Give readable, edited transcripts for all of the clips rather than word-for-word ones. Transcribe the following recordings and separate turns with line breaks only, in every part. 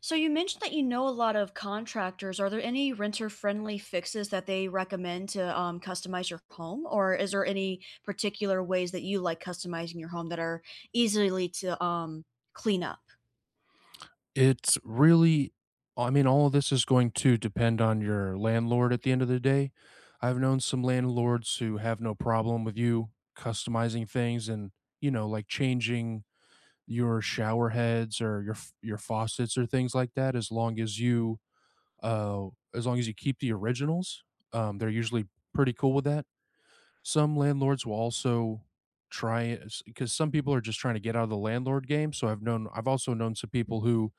So you mentioned that you know a lot of contractors. Are there any renter-friendly fixes that they recommend to customize your home, or is there any particular ways that you like customizing your home that are easily to clean up?
It's really I mean, all of this is going to depend on your landlord at the end of the day. I've known some landlords who have no problem with you customizing things and, you know, like changing your shower heads or your faucets or things like that as long as you uh as long as you keep the originals. They're usually pretty cool with that. Some landlords will also try because some people are just trying to get out of the landlord game. So I've also known some people who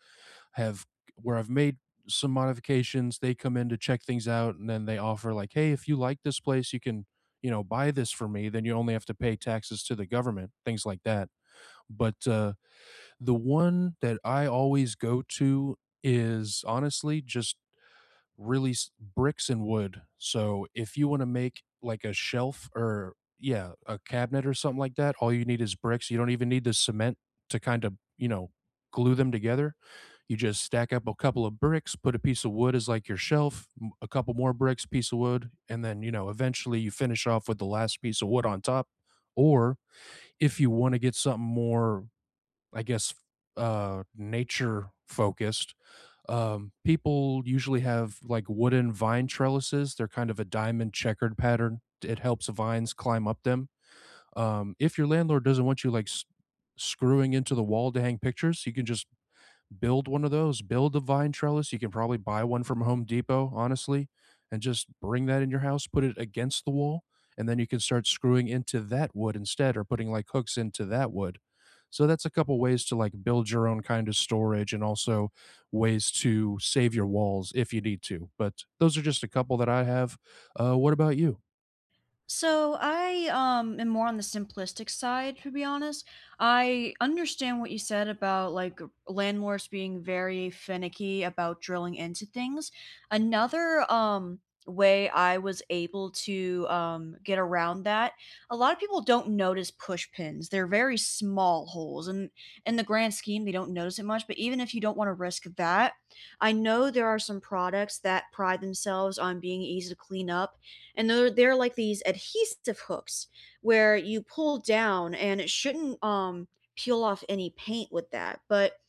have where I've made some modifications, they come in to check things out, and then they offer like, "Hey, if you like this place, you can, you know, buy this for me, then you only have to pay taxes to the government," things like that. But the one that I always go to is honestly just really s bricks and wood. So, if you wanna make like a shelf or yeah, a cabinet or something like that, all you need is bricks, you don't even need the cement to kind of, you know, glue them together. You just stack up a couple of bricks, put a piece of wood as like your shelf, a couple more bricks, piece of wood, and then you know eventually you finish off with the last piece of wood on top. Or if you want to get something more I guess nature focused, people usually have like wooden vine trellises. They're kind of a diamond checkered pattern, it helps vines climb up them. If your landlord doesn't want you screwing into the wall to hang pictures, you can just build one of those, build a vine trellis. You can probably buy one from Home Depot, honestly, and just bring that in your house, put it against the wall, and then you can start screwing into that wood instead or putting like hooks into that wood. So that's a couple ways to like build your own kind of storage and also ways to save your walls if you need to. But those are just a couple that I have. What about you?
So I am more on the simplistic side, to be honest. I understand what you said about like landlords being very finicky about drilling into things. Another way I was able to get around that. A lot of people don't notice push pins. They're very small holes, and in the grand scheme they don't notice it much, but even if you don't want to risk that, I know there are some products that pride themselves on being easy to clean up, and they're like these adhesive hooks where you pull down and it shouldn't peel off any paint with that. But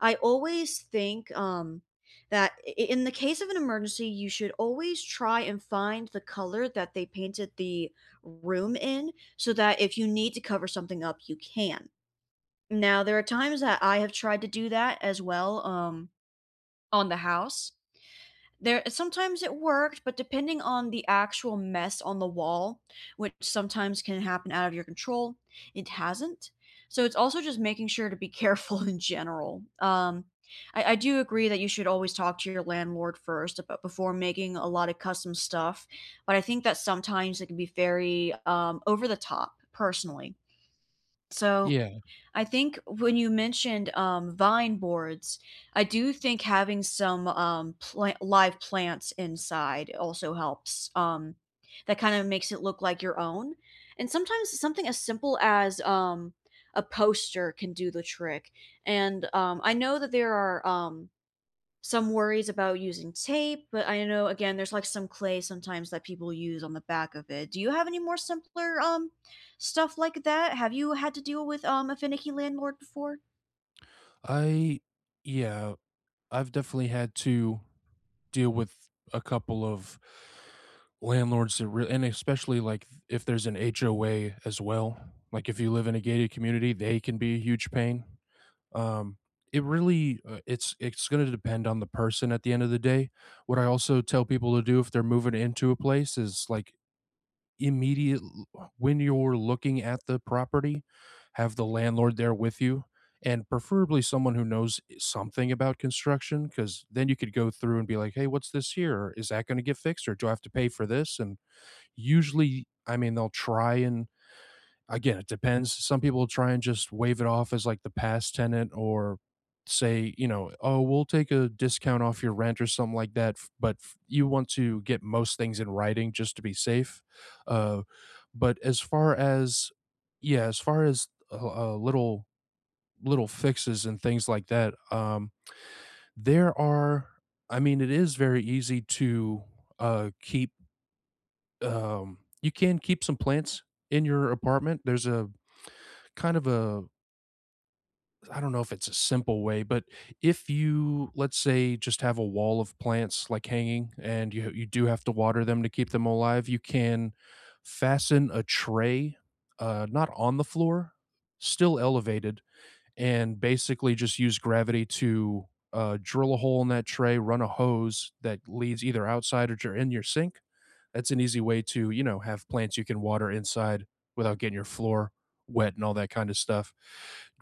I always think that in the case of an emergency, you should always try and find the color that they painted the room in, so that if you need to cover something up, you can. Now, there are times that I have tried to do that as well, on the house there. Sometimes it worked, but depending on the actual mess on the wall, which sometimes can happen out of your control, it hasn't. So it's also just making sure to be careful in general. I do agree that you should always talk to your landlord first about before making a lot of custom stuff, but I think that sometimes it can be very over the top, personally. So
Yeah,
I think when you mentioned vine boards, I do think having some live plants inside also helps. That kind of makes it look like your own. And sometimes something as simple as a poster can do the trick. And I know that there are some worries about using tape, but I know again there's like some clay sometimes that people use on the back of it. Do you have any more simpler stuff like that? Have you had to deal with a finicky landlord before?
I yeah, I've definitely had to deal with a couple of landlords that really, and especially like if there's an HOA as well. Like if you live in a gated community, they can be a huge pain. Um, it's going to depend on the person at the end of the day. What I also tell people to do if they're moving into a place is like immediate when you're looking at the property, have the landlord there with you and preferably someone who knows something about construction, because then you could go through and be like, hey, what's this here? Or is that going to get fixed, or do I have to pay for this? And usually, I mean, they'll try and again, it depends. Some people try and just wave it off as like the past tenant, or say, you know, oh, we'll take a discount off your rent or something like that. But you want to get most things in writing just to be safe. Uh, but as far as yeah, as far as, little little fixes and things like that, there are, it is very easy to, keep, you can keep some plants in your apartment. There's a kind of a I don't know if it's a simple way, but if you, let's say, just have a wall of plants like hanging, and you do have to water them to keep them alive, you can fasten a tray, not on the floor, still elevated, and basically just use gravity to drill a hole in that tray, run a hose that leads either outside or in your sink. That's an easy way to, you know, have plants you can water inside without getting your floor wet and all that kind of stuff.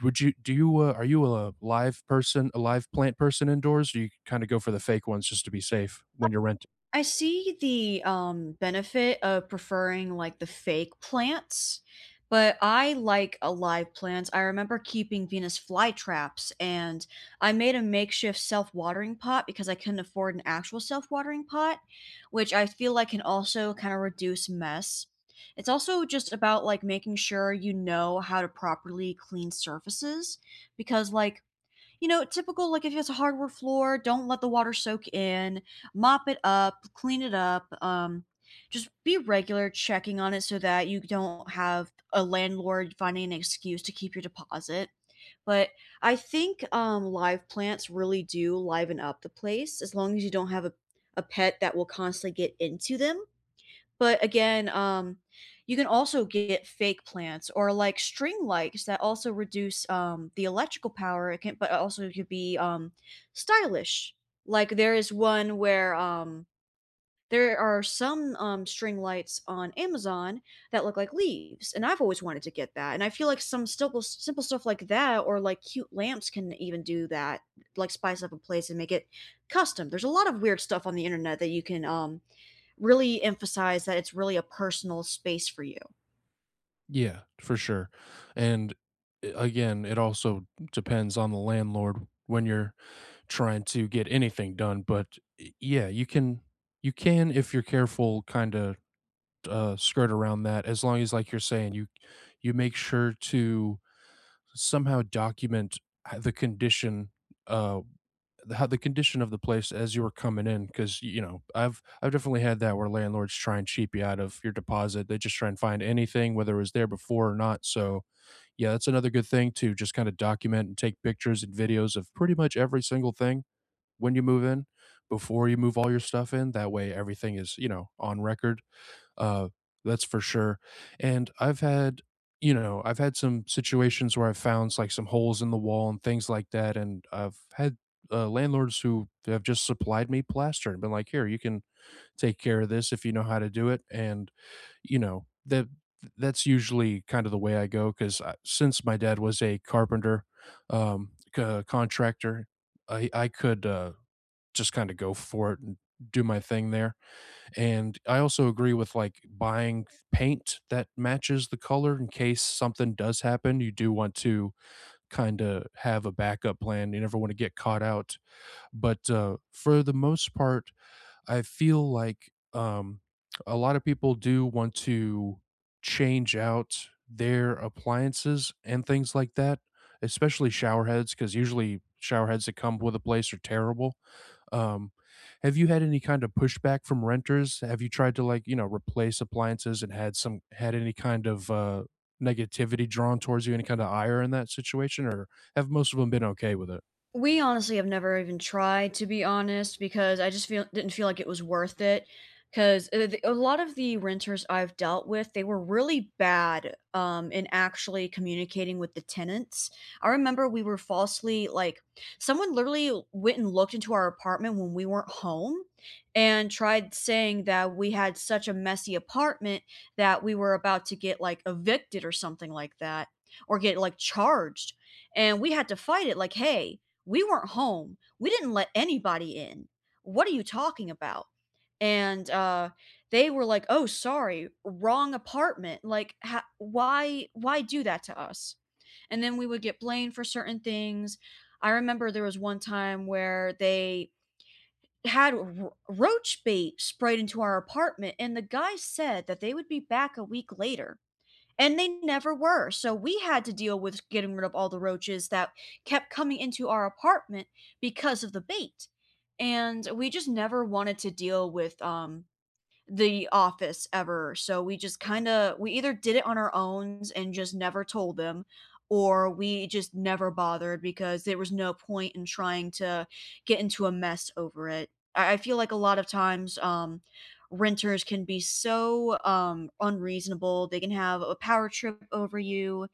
Would you do you are you a live person, a live plant person indoors? Or do you kind of go for the fake ones just to be safe when you're renting?
I see the benefit of preferring like the fake plants, but I like alive plants. I remember keeping Venus flytraps, and I made a makeshift self-watering pot because I couldn't afford an actual self-watering pot, which I feel like can also kind of reduce mess. It's also just about like making sure you know how to properly clean surfaces, because like, you know, typical, like if it's a hardwood floor, don't let the water soak in, mop it up, clean it up. Just be regular checking on it so that you don't have a landlord finding an excuse to keep your deposit. But I think live plants really do liven up the place as long as you don't have a pet that will constantly get into them. But again, you can also get fake plants or like string lights that also reduce the electrical power. It can, but also could be stylish. Like there is one where there are some string lights on Amazon that look like leaves, and I've always wanted to get that. And I feel like some simple stuff like that, or like cute lamps, can even do that. Like spice up a place and make it custom. There's a lot of weird stuff on the internet that you can really emphasize that it's really a personal space for you.
Yeah, for sure. And again, it also depends on the landlord when you're trying to get anything done. But yeah, you can you can, if you're careful, kind of skirt around that. As long as, like you're saying, you make sure to somehow document the condition uh how the condition of the place as you were coming in, because you know I've definitely had that where landlords try and cheap you out of your deposit. They just try and find anything whether it was there before or not. So yeah, that's another good thing, to just kind of document and take pictures and videos of pretty much every single thing when you move in, before you move all your stuff in, that way everything is, you know, on record. uh that's for sure. And I've had you know, I've had some situations where I've found like some holes in the wall and things like that, and I've had landlords who have just supplied me plaster and been like, here, you can take care of this if you know how to do it. And you know, that's usually kind of the way I go, because since my dad was a carpenter, contractor, I could just kind of go for it and do my thing there. And I also agree with like buying paint that matches the color in case something does happen. You do want to kind of have a backup plan. You never want to get caught out. But for the most part, I feel like a lot of people do want to change out their appliances and things like that, especially shower heads, because usually shower heads that come with a place are terrible. um, have you had any kind of pushback from renters? Have you tried to like, you know, replace appliances and had some had any kind of negativity drawn towards you, any kind of ire in that situation, or have most of them been okay with it?
We honestly have never even tried, to be honest, because I just feel didn't feel like it was worth it. Because a lot of the renters I've dealt with, they were really bad in actually communicating with the tenants. I remember we were falsely like, someone literally went and looked into our apartment when we weren't home and tried saying that we had such a messy apartment that we were about to get like evicted or something like that, or get like charged. And we had to fight it like, hey, we weren't home. We didn't let anybody in. What are you talking about? And they were like, "Oh, sorry, wrong apartment. Like, why do that to us?" And then we would get blamed for certain things. I remember there was one time where they had roach bait sprayed into our apartment, and the guy said that they would be back a week later and they never were. So we had to deal with getting rid of all the roaches that kept coming into our apartment because of the bait. And we just never wanted to deal with the office ever. So we just kind of, we either did it on our own and just never told them, or we just never bothered because there was no point in trying to get into a mess over it. I feel like a lot of times renters can be so unreasonable. They can have a power trip over you,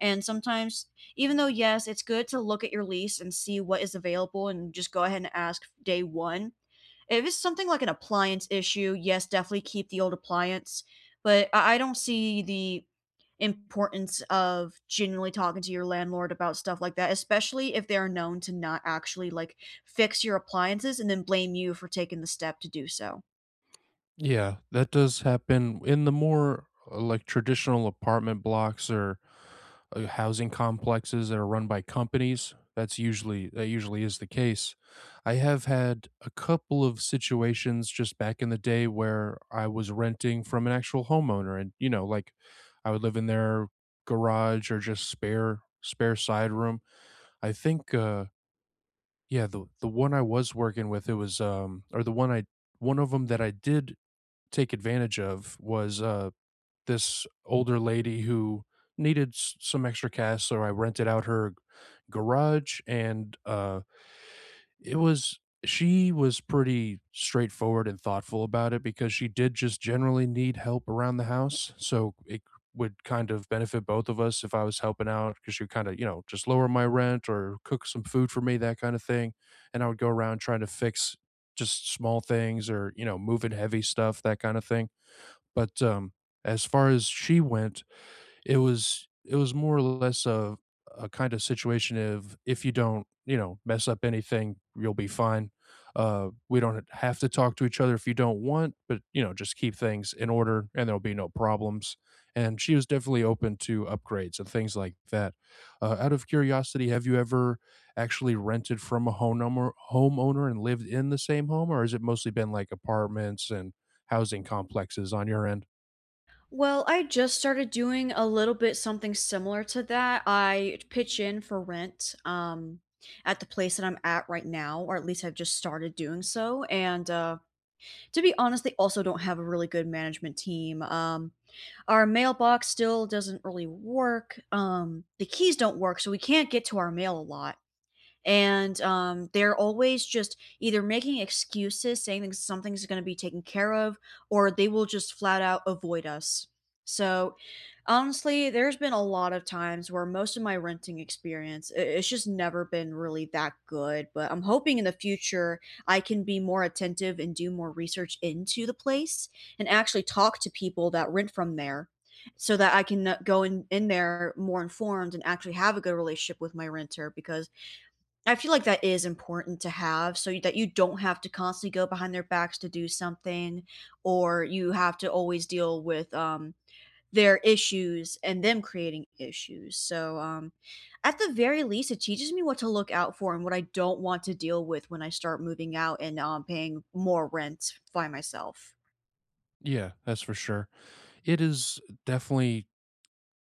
and sometimes, even though yes, it's good to look at your lease and see what is available and just go ahead and ask day 1, if it's something like an appliance issue, yes, definitely keep the old appliance. But I don't see the importance of genuinely talking to your landlord about stuff like that, especially if they're known to not actually like fix your appliances and then blame you for taking the step to do so.
Yeah, that does happen in the more, like, traditional apartment blocks or, housing complexes that are run by companies. That usually is the case. I have had a couple of situations just back in the day where I was renting from an actual homeowner and, you know, like, I would live in their garage or just spare side room. I think, yeah, the one I was working with, it was, or the one I one of them that I did take advantage of was, this older lady who needed s some extra cash, so I rented out her g garage, and, it was she was pretty straightforward and thoughtful about it, because she did just generally need help around the house, so it would kind of benefit both of us if I was helping out, because she would kinda, you know, just lower my rent or cook some food for me, that kinda thing, and I would go around trying to fix just small things or, you know, moving heavy stuff, that kinda thing. But as far as she went, it was more or less a kind of situation of, if you don't, you know, mess up anything, you'll be fine. We don't have to talk to each other if you don't want, but, you know, just keep things in order and there'll be no problems. And she was definitely open to upgrades and things like that. Out of curiosity, have you ever actually rented from a homeowner and lived in the same home, or has it mostly been like apartments and housing complexes on your end?
Well, I just started doing a little bit something similar to that. I pitch in for rent, at the place that I'm at right now, or at least I've just started doing so. And to be honest, they also don't have a really good management team. Our mailbox still doesn't really work. The keys don't work, so we can't get to our mail a lot, and they're always just either making excuses, saying that something's going to be taken care of, or they will just flat out avoid us. So, honestly, there's been a lot of times where most of my renting experience, it's just never been really that good. But I'm hoping in the future I can be more attentive and do more research into the place, and actually talk to people that rent from there, so that I can go in, there more informed, and actually have a good relationship with my renter, because I feel like that is important to have so that you don't have to constantly go behind their backs to do something, or you have to always deal with, their issues and them creating issues. So, at the very least, it teaches me what to look out for and what I don't want to deal with when I start moving out and, paying more rent by myself.
Yeah, that's for sure. It is definitely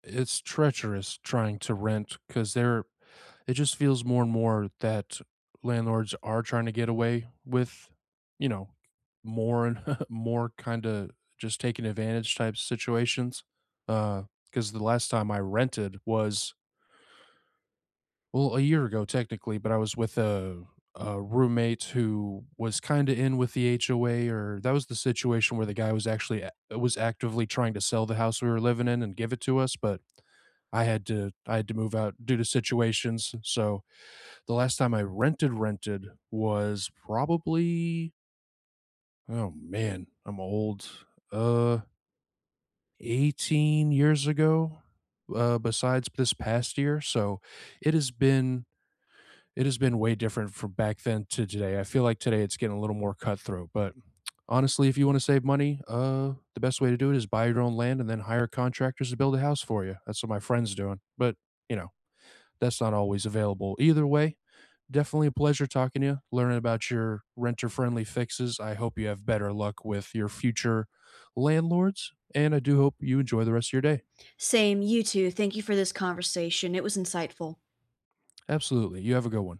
it's treacherous trying to rent, because there it just feels more and more that landlords are trying to get away with, you know, more and more kind of just taking advantage type situations. Because the last time I rented was well, a year ago technically, but I was with a roommate who was kinda in with the HOA, or that was the situation where the guy was actually a was actively trying to sell the house we were living in and give it to us, but I had to move out due to situations, so the last time I rented was probably oh man, I'm old, uh, 18 years ago, besides this past year, so it has been it has been way different from back then to today. I feel like today it's getting a little more cutthroat, but honestly, if you want to save money, the best way to do it is buy your own land and then hire contractors to build a house for you. That's what my friend's doing. But, you know, that's not always available. Either way, definitely a pleasure talking to you, learning about your renter friendly fixes. I hope you have better luck with your future landlords, and I do hope you enjoy the rest of your day.
Same, you too. Thank you for this conversation. It was insightful.
Absolutely. You have a good one.